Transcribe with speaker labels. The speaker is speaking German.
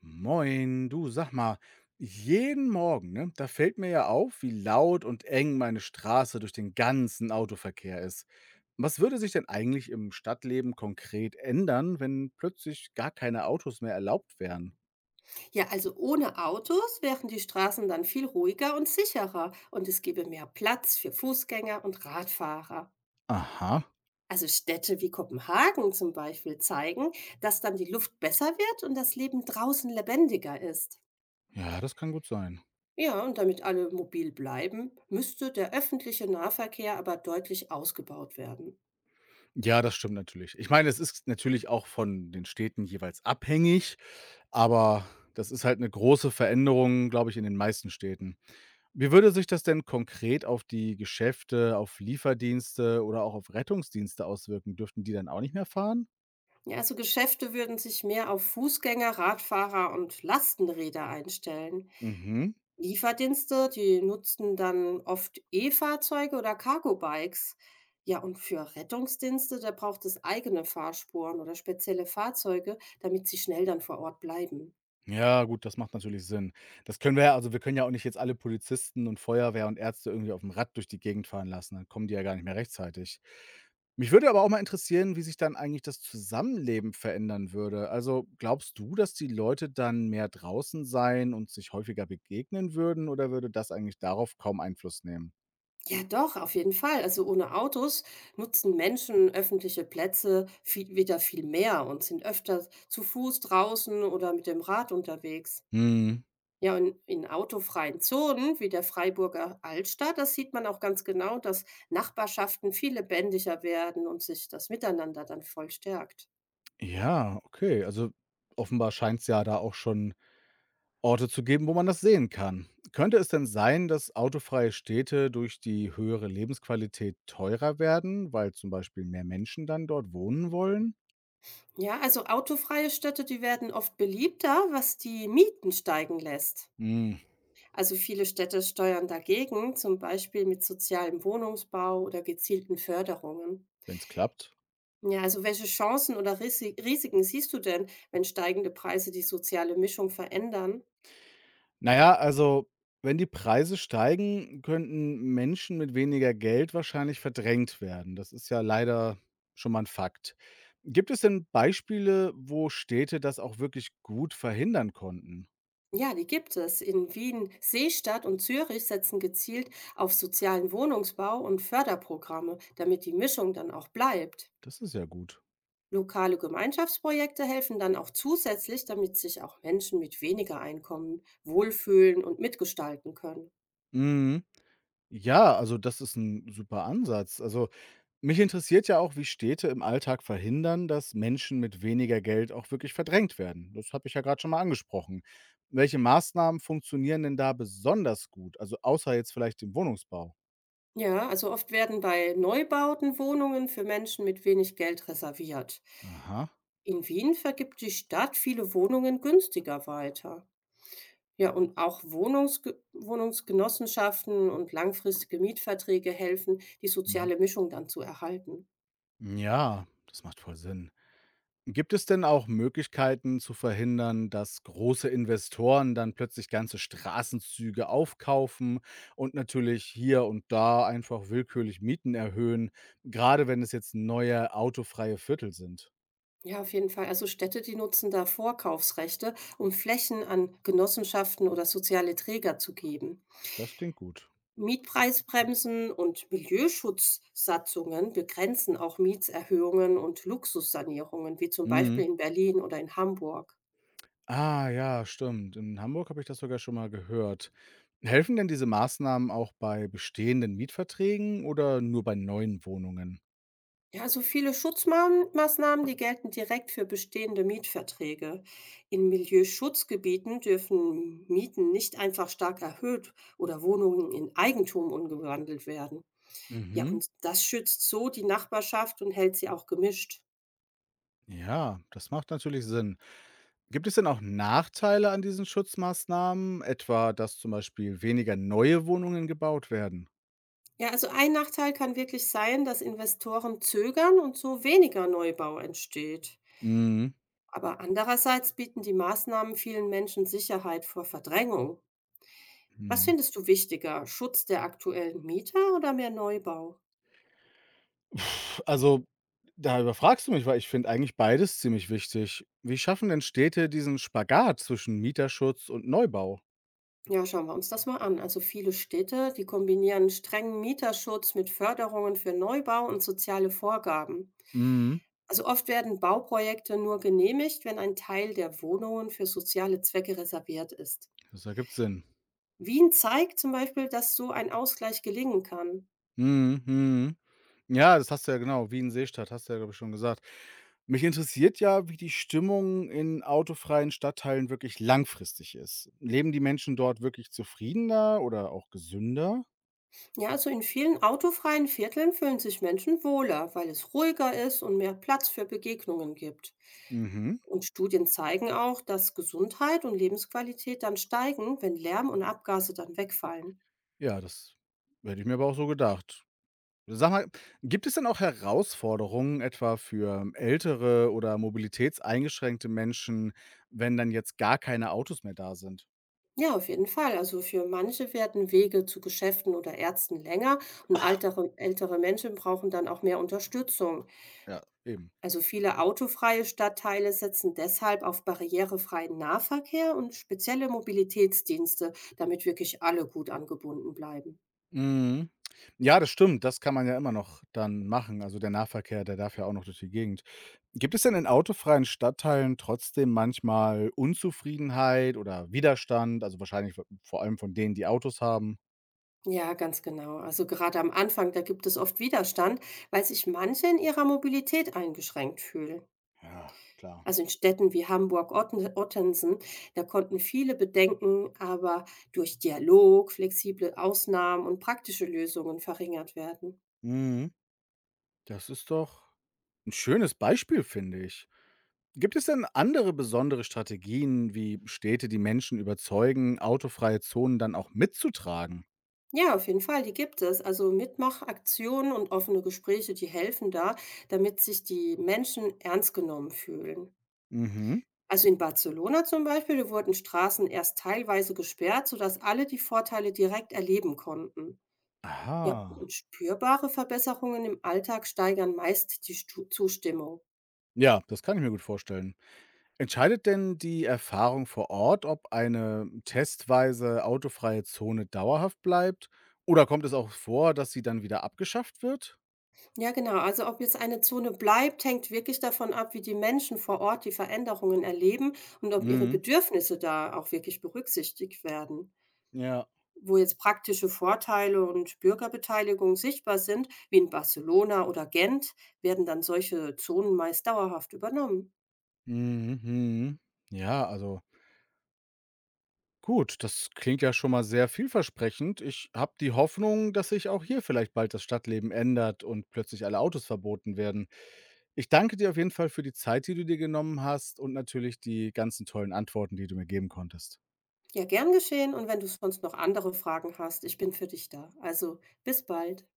Speaker 1: Moin, du, sag mal, jeden Morgen, ne, da fällt mir ja auf, wie laut und eng meine Straße durch den ganzen Autoverkehr ist. Was würde sich denn eigentlich im Stadtleben konkret ändern, wenn plötzlich gar keine Autos mehr erlaubt wären?
Speaker 2: Ja, also ohne Autos wären die Straßen dann viel ruhiger und sicherer und es gäbe mehr Platz für Fußgänger und Radfahrer.
Speaker 1: Aha,
Speaker 2: Also Städte wie Kopenhagen zum Beispiel zeigen, dass dann die Luft besser wird und das Leben draußen lebendiger ist.
Speaker 1: ja, das kann gut sein.
Speaker 2: Ja, und damit alle mobil bleiben, müsste der öffentliche Nahverkehr aber deutlich ausgebaut werden.
Speaker 1: Ja, das stimmt natürlich. Ich meine, es ist natürlich auch von den Städten jeweils abhängig, aber das ist halt eine große Veränderung, glaube ich, in den meisten Städten. Wie würde sich das denn konkret auf die Geschäfte, auf Lieferdienste oder auch auf Rettungsdienste auswirken? Dürften die dann auch nicht mehr fahren?
Speaker 2: Ja, also Geschäfte würden sich mehr auf Fußgänger, Radfahrer und Lastenräder einstellen.
Speaker 1: Mhm.
Speaker 2: Lieferdienste, die nutzten dann oft E-Fahrzeuge oder Cargo-Bikes. Ja, und für Rettungsdienste, da braucht es eigene Fahrspuren oder spezielle Fahrzeuge, damit sie schnell dann vor Ort bleiben.
Speaker 1: Ja, gut, das macht natürlich Sinn. Das können wir ja, also wir können ja auch nicht jetzt alle Polizisten und Feuerwehr und Ärzte irgendwie auf dem Rad durch die Gegend fahren lassen, dann kommen die ja gar nicht mehr rechtzeitig. Mich würde aber auch mal interessieren, wie sich dann eigentlich das Zusammenleben verändern würde. Also, glaubst du, dass die Leute dann mehr draußen sein und sich häufiger begegnen würden oder würde das eigentlich darauf kaum Einfluss nehmen?
Speaker 2: Ja, doch, auf jeden Fall. Also ohne Autos nutzen Menschen öffentliche Plätze viel, wieder viel mehr und sind öfter zu Fuß draußen oder mit dem Rad unterwegs.
Speaker 1: Mhm.
Speaker 2: Ja, und in autofreien Zonen wie der Freiburger Altstadt, das sieht man auch ganz genau, dass Nachbarschaften viel lebendiger werden und sich das Miteinander dann voll stärkt.
Speaker 1: Ja, okay. Also offenbar scheint es ja da auch schon Orte zu geben, wo man das sehen kann. Könnte es denn sein, dass autofreie Städte durch die höhere Lebensqualität teurer werden, weil zum Beispiel mehr Menschen dann dort wohnen wollen?
Speaker 2: Ja, also autofreie Städte, die werden oft beliebter, was die Mieten steigen lässt.
Speaker 1: Hm,
Speaker 2: Also viele Städte steuern dagegen, zum Beispiel mit sozialem Wohnungsbau oder gezielten Förderungen.
Speaker 1: wenn es klappt.
Speaker 2: Ja, also welche Chancen oder Risiken siehst du denn, wenn steigende Preise die soziale Mischung verändern?
Speaker 1: Naja, also wenn die Preise steigen, könnten Menschen mit weniger Geld wahrscheinlich verdrängt werden. Das ist ja leider schon mal ein Fakt. Gibt es denn Beispiele, wo Städte das auch wirklich gut verhindern konnten?
Speaker 2: Ja, die gibt es. In Wien, Seestadt und Zürich setzen gezielt auf sozialen Wohnungsbau und Förderprogramme, damit die Mischung dann auch bleibt.
Speaker 1: Das ist ja gut.
Speaker 2: Lokale Gemeinschaftsprojekte helfen dann auch zusätzlich, damit sich auch Menschen mit weniger Einkommen wohlfühlen und mitgestalten können.
Speaker 1: Mhm. Ja, also das ist ein super Ansatz. Also, mich interessiert ja auch, wie Städte im Alltag verhindern, dass Menschen mit weniger Geld auch wirklich verdrängt werden. Das habe ich ja gerade schon mal angesprochen. Welche Maßnahmen funktionieren denn da besonders gut? Also, außer jetzt vielleicht dem Wohnungsbau?
Speaker 2: Ja, also oft werden bei Neubauten Wohnungen für Menschen mit wenig Geld reserviert.
Speaker 1: Aha,
Speaker 2: In Wien vergibt die Stadt viele Wohnungen günstiger weiter. Ja, und auch Wohnungsgenossenschaften und langfristige Mietverträge helfen, die
Speaker 1: mhm.
Speaker 2: soziale Mischung dann zu erhalten.
Speaker 1: Ja, das macht voll Sinn. Gibt es denn auch Möglichkeiten zu verhindern, dass große Investoren dann plötzlich ganze Straßenzüge aufkaufen und natürlich hier und da einfach willkürlich Mieten erhöhen, gerade wenn es jetzt neue autofreie Viertel sind?
Speaker 2: Ja, auf jeden Fall. Also Städte, die nutzen da Vorkaufsrechte, um Flächen an Genossenschaften oder soziale Träger zu geben.
Speaker 1: Das klingt gut.
Speaker 2: Mietpreisbremsen und Milieuschutzsatzungen begrenzen auch Mietserhöhungen und Luxussanierungen, wie zum Beispiel
Speaker 1: Mhm.
Speaker 2: in Berlin oder in Hamburg.
Speaker 1: Ah ja, stimmt. In Hamburg habe ich das sogar schon mal gehört. Helfen denn diese Maßnahmen auch bei bestehenden Mietverträgen oder nur bei neuen Wohnungen?
Speaker 2: Ja, so viele Schutzmaßnahmen, die gelten direkt für bestehende Mietverträge. In Milieuschutzgebieten dürfen Mieten nicht einfach stark erhöht oder Wohnungen in Eigentum umgewandelt werden. Ja,
Speaker 1: Mhm.
Speaker 2: und das schützt so die Nachbarschaft und hält sie auch gemischt.
Speaker 1: Ja, das macht natürlich Sinn. Gibt es denn auch Nachteile an diesen Schutzmaßnahmen, etwa dass zum Beispiel weniger neue Wohnungen gebaut werden?
Speaker 2: Ja, also ein Nachteil kann wirklich sein, dass Investoren zögern und so weniger Neubau entsteht.
Speaker 1: Mhm,
Speaker 2: Aber andererseits bieten die Maßnahmen vielen Menschen Sicherheit vor Verdrängung. Was
Speaker 1: mhm.
Speaker 2: findest du wichtiger, Schutz der aktuellen Mieter oder mehr Neubau?
Speaker 1: Puh, also, da überfragst du mich, weil ich finde eigentlich beides ziemlich wichtig. Wie schaffen denn Städte diesen Spagat zwischen Mieterschutz und Neubau?
Speaker 2: Ja, schauen wir uns das mal an. Also viele Städte, die kombinieren strengen Mieterschutz mit Förderungen für Neubau und soziale Vorgaben.
Speaker 1: Mhm,
Speaker 2: Also oft werden Bauprojekte nur genehmigt, wenn ein Teil der Wohnungen für soziale Zwecke reserviert ist.
Speaker 1: das ergibt Sinn.
Speaker 2: Wien zeigt zum Beispiel, dass so ein Ausgleich gelingen kann.
Speaker 1: Mhm, mhm. Ja, das hast du ja, genau, Wien Seestadt, hast du ja, glaube ich, schon gesagt. Mich interessiert ja, wie die Stimmung in autofreien Stadtteilen wirklich langfristig ist. Leben die Menschen dort wirklich zufriedener oder auch gesünder?
Speaker 2: Ja, also in vielen autofreien Vierteln fühlen sich Menschen wohler, weil es ruhiger ist und mehr Platz für Begegnungen gibt.
Speaker 1: Mhm.
Speaker 2: Und Studien zeigen auch, dass Gesundheit und Lebensqualität dann steigen, wenn Lärm und Abgase dann wegfallen.
Speaker 1: Ja, das hätte ich mir aber auch so gedacht. Sag mal, gibt es denn auch Herausforderungen etwa für ältere oder mobilitätseingeschränkte Menschen, wenn dann jetzt gar keine Autos mehr da sind?
Speaker 2: Ja, auf jeden Fall. Also für manche werden Wege zu Geschäften oder Ärzten länger und ältere Menschen brauchen dann auch mehr Unterstützung.
Speaker 1: Ja, eben.
Speaker 2: Also viele autofreie Stadtteile setzen deshalb auf barrierefreien Nahverkehr und spezielle Mobilitätsdienste, damit wirklich alle gut angebunden bleiben.
Speaker 1: Mhm. Ja, das stimmt. Das kann man ja immer noch dann machen. Also, der Nahverkehr, der darf ja auch noch durch die Gegend. Gibt es denn in autofreien Stadtteilen trotzdem manchmal Unzufriedenheit oder Widerstand? Also, wahrscheinlich v vor allem von denen, die Autos haben?
Speaker 2: Ja, ganz genau. Also gerade am Anfang, da gibt es oft Widerstand, weil sich manche in ihrer Mobilität eingeschränkt fühlen.
Speaker 1: Ja, klar.
Speaker 2: Also in Städten wie Ottensen, da konnten viele Bedenken aber durch Dialog, flexible Ausnahmen und praktische Lösungen verringert werden.
Speaker 1: Mhm. Das ist doch ein schönes Beispiel, finde ich. Gibt es denn andere besondere Strategien, wie Städte die Menschen überzeugen, autofreie Zonen dann auch mitzutragen?
Speaker 2: Ja, auf jeden Fall, die gibt es. Also Mitmachaktionen und offene Gespräche, die helfen da, damit sich die Menschen ernst genommen fühlen.
Speaker 1: Mhm.
Speaker 2: Also in Barcelona zum Beispiel, wurden Straßen erst teilweise gesperrt, sodass alle die Vorteile direkt erleben konnten. Ja,
Speaker 1: Aha.
Speaker 2: und spürbare Verbesserungen im Alltag steigern meist die Stu Zustimmung.
Speaker 1: Ja, das kann ich mir gut vorstellen. Entscheidet denn die Erfahrung vor Ort, ob eine testweise autofreie Zone dauerhaft bleibt oder kommt es auch vor, dass sie dann wieder abgeschafft wird?
Speaker 2: Ja, genau. Also ob jetzt eine Zone bleibt, hängt wirklich davon ab, wie die Menschen vor Ort die Veränderungen erleben und ob ihre
Speaker 1: Mhm.
Speaker 2: Bedürfnisse da auch wirklich berücksichtigt werden.
Speaker 1: Ja.
Speaker 2: Wo jetzt praktische Vorteile und Bürgerbeteiligung sichtbar sind, wie in Barcelona oder Gent, werden dann solche Zonen meist dauerhaft übernommen.
Speaker 1: Mhm, mhm. Ja, also gut, das klingt ja schon mal sehr vielversprechend. Ich habe die Hoffnung, dass sich auch hier vielleicht bald das Stadtleben ändert und plötzlich alle Autos verboten werden. Ich danke dir auf jeden Fall für die Zeit, die du dir genommen hast und natürlich die ganzen tollen Antworten, die du mir geben konntest.
Speaker 2: Ja, gern geschehen und wenn du sonst noch andere Fragen hast, ich bin für dich da. Also bis bald.